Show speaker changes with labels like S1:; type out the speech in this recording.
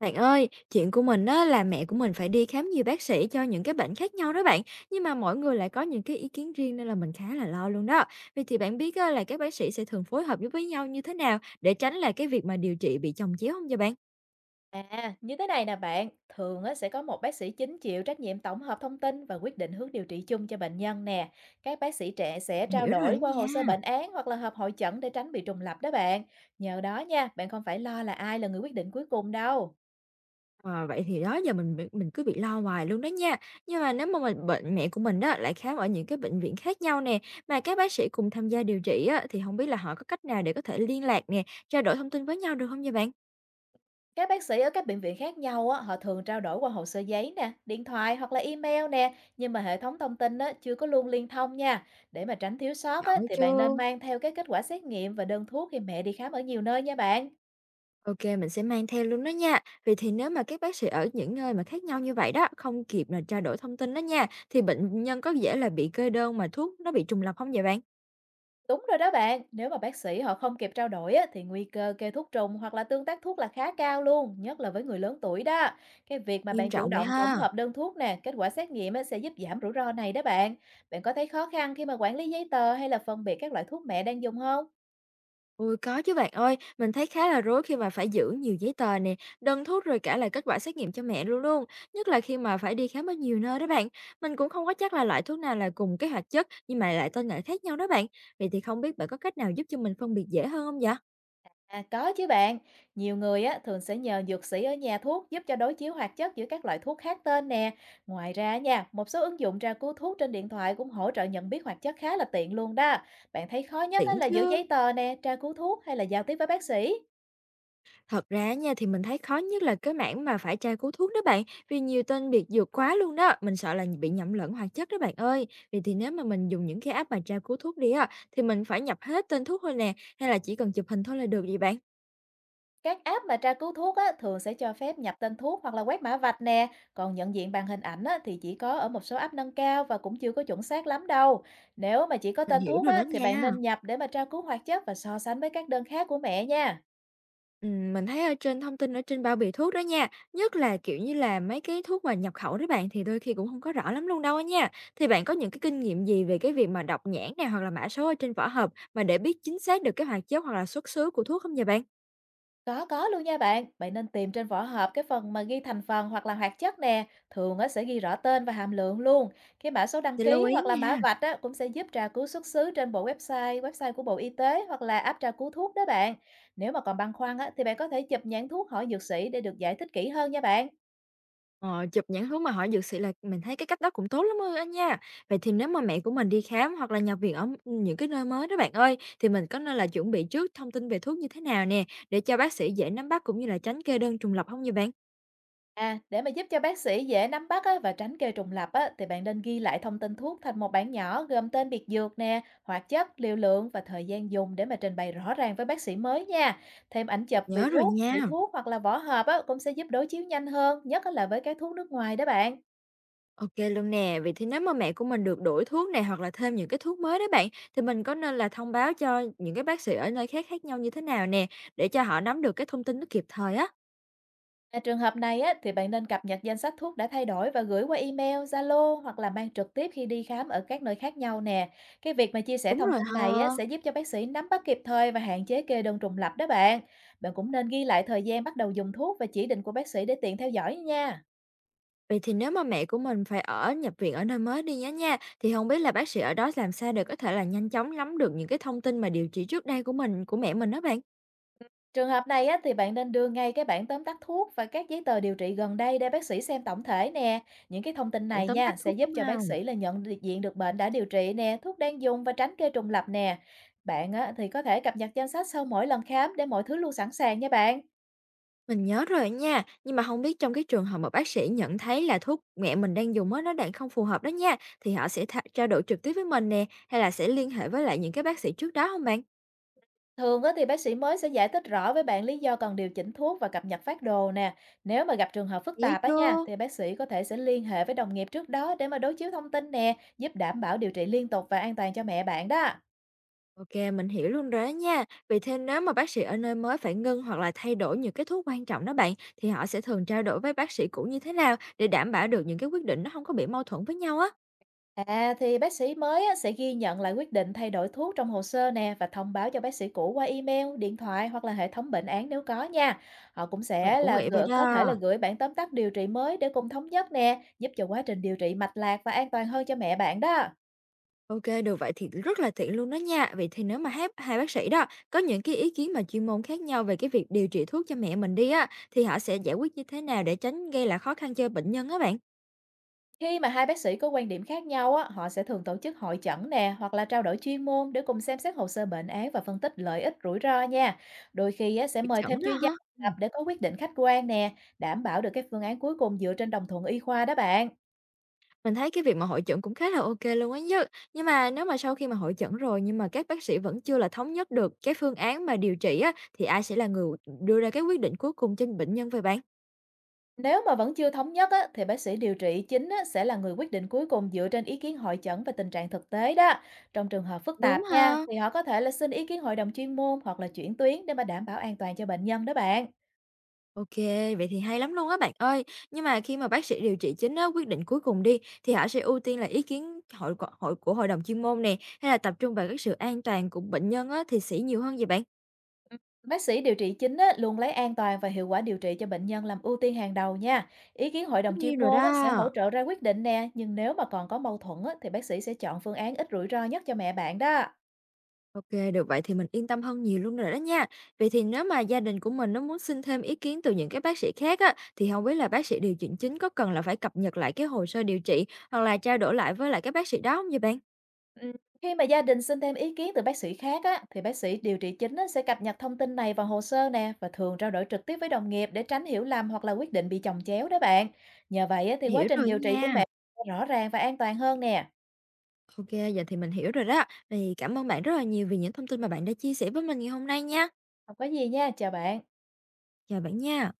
S1: Bạn ơi, chuyện của mình á là mẹ của mình phải đi khám nhiều bác sĩ cho những cái bệnh khác nhau đó bạn. Nhưng mà mỗi người lại có những cái ý kiến riêng nên là mình khá là lo luôn đó. Vậy thì bạn biết á, là các bác sĩ sẽ thường phối hợp với nhau như thế nào để tránh là cái việc mà điều trị bị chồng chéo không cho bạn?
S2: À, như thế này nè bạn, thường á, sẽ có một bác sĩ chính chịu trách nhiệm tổng hợp thông tin và quyết định hướng điều trị chung cho bệnh nhân nè. Các bác sĩ trẻ sẽ
S1: Mình
S2: trao
S1: hiểu rồi
S2: đổi
S1: đó
S2: qua hồ
S1: nha.
S2: sơ bệnh án hoặc là họp hội chẩn để tránh bị trùng lặp đó bạn. Nhờ đó nha, bạn không phải lo là ai là người quyết định cuối cùng đâu.
S1: Ờ, vậy thì đó giờ mình cứ bị lo hoài luôn đó nha. Nhưng mà nếu mà mình bệnh mẹ của mình đó lại khám ở những cái bệnh viện khác nhau nè, mà các bác sĩ cùng tham gia điều trị á, thì không biết là họ có cách nào để có thể liên lạc nè, trao đổi thông tin với nhau được không nha bạn?
S2: Các bác sĩ ở các bệnh viện khác nhau á, họ thường trao đổi qua hồ sơ giấy nè, điện thoại hoặc là email nè, nhưng mà hệ thống thông tin á, chưa có luôn liên thông nha. Để mà tránh thiếu sót á,
S1: Chọn
S2: thì bạn nên
S1: chưa?
S2: mang theo cái kết quả xét nghiệm và đơn thuốc khi mẹ đi khám ở nhiều nơi nha bạn.
S1: OK, mình sẽ mang theo luôn đó nha. Vì thì nếu mà các bác sĩ ở những nơi mà khác nhau như vậy đó, không kịp là trao đổi thông tin đó nha, thì bệnh nhân có dễ là bị kê đơn mà thuốc nó bị trùng lặp không vậy bạn?
S2: Đúng rồi đó bạn, nếu mà bác sĩ họ không kịp trao đổi á, thì nguy cơ kê thuốc trùng hoặc là tương tác thuốc là khá cao luôn, nhất là với người lớn tuổi đó. Cái việc mà
S1: Nghiêm
S2: bạn chủ
S1: trọng vậy
S2: động tổng
S1: ha.
S2: hợp đơn thuốc nè, kết quả xét nghiệm á, sẽ giúp giảm rủi ro này đó bạn. Bạn có thấy khó khăn khi mà quản lý giấy tờ hay là phân biệt các loại thuốc mẹ đang dùng không?
S1: Ôi có chứ bạn ơi, mình thấy khá là rối khi mà phải giữ nhiều giấy tờ nè, đơn thuốc rồi cả là kết quả xét nghiệm cho mẹ luôn luôn. Nhất là khi mà phải đi khám ở nhiều nơi đó bạn. Mình cũng không có chắc là loại thuốc nào là cùng cái hoạt chất nhưng mà lại tên gọi khác nhau đó bạn. Vậy thì không biết bạn có cách nào giúp cho mình phân biệt dễ hơn không vậy?
S2: À, có chứ bạn, nhiều người á, thường sẽ nhờ dược sĩ ở nhà thuốc giúp cho đối chiếu hoạt chất giữa các loại thuốc khác tên nè. Ngoài ra nha, một số ứng dụng tra cứu thuốc trên điện thoại cũng hỗ trợ nhận biết hoạt chất khá là tiện luôn đó. Bạn thấy khó nhất á,
S1: Tiện
S2: là giữ
S1: chứ.
S2: giấy tờ nè, tra cứu thuốc hay là giao tiếp với bác sĩ?
S1: Thật ra nha, thì mình thấy khó nhất là cái mảng mà phải tra cứu thuốc đó bạn, vì nhiều tên biệt dược quá luôn đó, mình sợ là bị nhầm lẫn hoạt chất đó bạn ơi. Vì thì nếu mà mình dùng những cái app mà tra cứu thuốc đi á, thì mình phải nhập hết tên thuốc thôi nè, hay là chỉ cần chụp hình thôi là được vậy bạn?
S2: Các app mà tra cứu thuốc á, thường sẽ cho phép nhập tên thuốc hoặc là quét mã vạch nè. Còn nhận diện bằng hình ảnh á, thì chỉ có ở một số app nâng cao và cũng chưa có chuẩn xác lắm đâu. Nếu mà chỉ có
S1: Mình
S2: tên
S1: hiểu
S2: thuốc
S1: rồi
S2: á,
S1: đó
S2: thì bạn
S1: nha.
S2: nên nhập để mà tra cứu hoạt chất và so sánh với các đơn khác của mẹ nha.
S1: Mình thấy ở trên thông tin ở trên bao bì thuốc đó nha, nhất là kiểu như là mấy cái thuốc mà nhập khẩu đó bạn, thì đôi khi cũng không có rõ lắm luôn đâu á nha. Thì bạn có những cái kinh nghiệm gì về cái việc mà đọc nhãn này hoặc là mã số ở trên vỏ hộp mà để biết chính xác được cái hoạt chất hoặc là xuất xứ của thuốc không vậy bạn?
S2: Có luôn nha bạn. Bạn nên tìm trên vỏ hộp cái phần mà ghi thành phần hoặc là hoạt chất nè. Thường nó sẽ ghi rõ tên và hàm lượng luôn. Cái mã số đăng
S1: Thì lưu
S2: ký
S1: ý
S2: hoặc là mã
S1: nha,
S2: vạch á, cũng sẽ giúp tra cứu xuất xứ trên bộ website, website của Bộ Y tế hoặc là app tra cứu thuốc đó bạn. Nếu mà còn băn khoăn á, thì bạn có thể chụp nhãn thuốc hỏi dược sĩ để được giải thích kỹ hơn nha bạn.
S1: ờ, chụp những thứ mà họ dược sĩ là mình thấy cái cách đó cũng tốt lắm á anh nha. Vậy thì nếu mà mẹ của mình đi khám hoặc là nhập viện ở những cái nơi mới đó bạn ơi, thì mình có nên là chuẩn bị trước thông tin về thuốc như thế nào nè, để cho bác sĩ dễ nắm bắt cũng như là tránh kê đơn trùng lập không vậy bạn?
S2: À, để mà giúp cho bác sĩ dễ nắm bắt á, và tránh kê trùng lặp á, thì bạn nên ghi lại thông tin thuốc thành một bảng nhỏ gồm tên biệt dược nè, hoạt chất, liều lượng và thời gian dùng để mà trình bày rõ ràng với bác sĩ mới nha. Thêm ảnh
S1: Mình
S2: chụp vị
S1: nhớ rồi
S2: thuốc, vị
S1: nha.
S2: thuốc hoặc là vỏ hộp á, cũng sẽ giúp đối chiếu nhanh hơn, nhất á là với các thuốc nước ngoài đó bạn.
S1: OK luôn nè, vậy thì nếu mà mẹ của mình được đổi thuốc này hoặc là thêm những cái thuốc mới đó bạn, thì mình có nên là thông báo cho những cái bác sĩ ở nơi khác khác nhau như thế nào nè, để cho họ nắm được cái thông tin nó kịp thời á?
S2: Và trường hợp này á, thì bạn nên cập nhật danh sách thuốc đã thay đổi và gửi qua email, Zalo hoặc là mang trực tiếp khi đi khám ở các nơi khác nhau nè. Cái việc mà chia sẻ
S1: Đúng
S2: thông
S1: rồi
S2: tin này
S1: ha.
S2: á, sẽ giúp cho bác sĩ nắm bắt kịp thời và hạn chế kê đơn trùng lặp đó bạn. Bạn cũng nên ghi lại thời gian bắt đầu dùng thuốc và chỉ định của bác sĩ để tiện theo dõi nha.
S1: Vậy thì nếu mà mẹ của mình phải ở nhập viện ở nơi mới đi nhé nha, thì không biết là bác sĩ ở đó làm sao để có thể là nhanh chóng nắm được những cái thông tin mà điều trị trước đây của mẹ mình đó bạn?
S2: Trường hợp này á, thì bạn nên đưa ngay cái bản tóm tắt thuốc và các giấy tờ điều trị gần đây để bác sĩ xem tổng thể nè. Những cái thông tin
S1: Bạn
S2: này
S1: tóm
S2: nha
S1: tắt
S2: sẽ
S1: thuốc
S2: giúp
S1: đúng
S2: cho bác
S1: không?
S2: sĩ là diện được bệnh đã điều trị nè, thuốc đang dùng và tránh kê trùng lặp nè. Bạn á, thì có thể cập nhật danh sách sau mỗi lần khám để mọi thứ luôn sẵn sàng nha bạn.
S1: Mình nhớ rồi nha, nhưng mà không biết trong cái trường hợp mà bác sĩ nhận thấy là thuốc mẹ mình đang dùng mới nó đang không phù hợp đó nha, thì họ sẽ trao đổi trực tiếp với mình nè, hay là sẽ liên hệ với lại những cái bác sĩ trước đó không bạn?
S2: Thường á, thì bác sĩ mới sẽ giải thích rõ với bạn lý do cần điều chỉnh thuốc và cập nhật phác đồ nè. Nếu mà gặp trường hợp phức
S1: Hiểu
S2: tạp á nha,
S1: chưa?
S2: thì bác sĩ có thể sẽ liên hệ với đồng nghiệp trước đó để mà đối chiếu thông tin nè, giúp đảm bảo điều trị liên tục và an toàn cho mẹ bạn đó.
S1: OK, mình hiểu luôn rồi đó nha. Vậy thế nếu mà bác sĩ ở nơi mới phải ngưng hoặc là thay đổi những cái thuốc quan trọng đó bạn, thì họ sẽ thường trao đổi với bác sĩ cũ như thế nào để đảm bảo được những cái quyết định nó không có bị mâu thuẫn với nhau á?
S2: À, thì bác sĩ mới á, sẽ ghi nhận lại quyết định thay đổi thuốc trong hồ sơ nè và thông báo cho bác sĩ cũ qua email, điện thoại hoặc là hệ thống bệnh án nếu có nha. Họ cũng
S1: Mình
S2: sẽ
S1: cũng
S2: là
S1: nghĩ vậy
S2: có thể là
S1: đó.
S2: gửi bản tóm tắt điều trị mới để cùng thống nhất nè, giúp cho quá trình điều trị mạch lạc và an toàn hơn cho mẹ bạn đó.
S1: OK, được vậy thì rất là tiện luôn đó nha. Vậy thì nếu mà hép hai bác sĩ đó có những cái ý kiến mà chuyên môn khác nhau về cái việc điều trị thuốc cho mẹ mình đi á, thì họ sẽ giải quyết như thế nào để tránh gây lại khó khăn cho bệnh nhân á bạn?
S2: Khi mà hai bác sĩ có quan điểm khác nhau á, họ sẽ thường tổ chức hội chẩn nè hoặc là trao đổi chuyên môn để cùng xem xét hồ sơ bệnh án và phân tích lợi ích rủi ro nha. Đôi khi á, sẽ
S1: Bị
S2: mời
S1: chẩn
S2: thêm
S1: đó
S2: chuyên gia
S1: hả?
S2: độc lập
S1: Ừm.
S2: để có quyết định khách quan nè, đảm bảo được cái phương án cuối cùng dựa trên đồng thuận y khoa đó bạn.
S1: Mình thấy cái việc mà hội chẩn cũng khá là OK luôn á nhớ. Nhưng mà nếu mà sau khi mà hội chẩn rồi nhưng mà các bác sĩ vẫn chưa là thống nhất được cái phương án mà điều trị á, thì ai sẽ là người đưa ra cái quyết định cuối cùng cho bệnh nhân vậy bạn?
S2: Nếu mà vẫn chưa thống nhất á, thì bác sĩ điều trị chính á, sẽ là người quyết định cuối cùng dựa trên ý kiến hội chẩn và tình trạng thực tế đó. Trong trường hợp phức
S1: Đúng
S2: tạp nha,
S1: ha?
S2: thì họ có thể là xin ý kiến hội đồng chuyên môn hoặc là chuyển tuyến để mà đảm bảo an toàn cho bệnh nhân đó bạn.
S1: OK, vậy thì hay lắm luôn á bạn ơi. Nhưng mà khi mà bác sĩ điều trị chính á, quyết định cuối cùng đi, thì họ sẽ ưu tiên là ý kiến hội đồng chuyên môn nè, hay là tập trung vào cái sự an toàn của bệnh nhân á, thì sẽ nhiều hơn vậy bạn?
S2: Bác sĩ điều trị chính á, luôn lấy an toàn và hiệu quả điều trị cho bệnh nhân làm ưu tiên hàng đầu nha. Ý kiến hội đồng
S1: Tất nhiên
S2: chuyên
S1: rồi
S2: môn á, sẽ hỗ
S1: đó.
S2: trợ ra quyết định nè, nhưng nếu mà còn có mâu thuẫn á, thì bác sĩ sẽ chọn phương án ít rủi ro nhất cho mẹ bạn đó.
S1: OK, được vậy thì mình yên tâm hơn nhiều luôn rồi đó nha. Vậy thì nếu mà gia đình của mình nó muốn xin thêm ý kiến từ những cái bác sĩ khác á, thì không biết là bác sĩ điều chỉnh chính có cần là phải cập nhật lại cái hồ sơ điều trị hoặc là trao đổi lại với lại cái bác sĩ đó không vậy bạn?
S2: Ừ, khi mà gia đình xin thêm ý kiến từ bác sĩ khác á, thì bác sĩ điều trị chính á, sẽ cập nhật thông tin này vào hồ sơ nè và thường trao đổi trực tiếp với đồng nghiệp để tránh hiểu lầm hoặc là quyết định bị chồng chéo đó bạn. Nhờ vậy á, thì quá
S1: Hiểu
S2: trình
S1: rồi
S2: điều trị của
S1: nha.
S2: mẹ rõ ràng và an toàn hơn nè.
S1: OK, giờ thì mình hiểu rồi đó. Thì cảm ơn bạn rất là nhiều vì những thông tin mà bạn đã chia sẻ với mình ngày hôm nay nha.
S2: Không có gì nha, chào bạn.
S1: Chào bạn nha.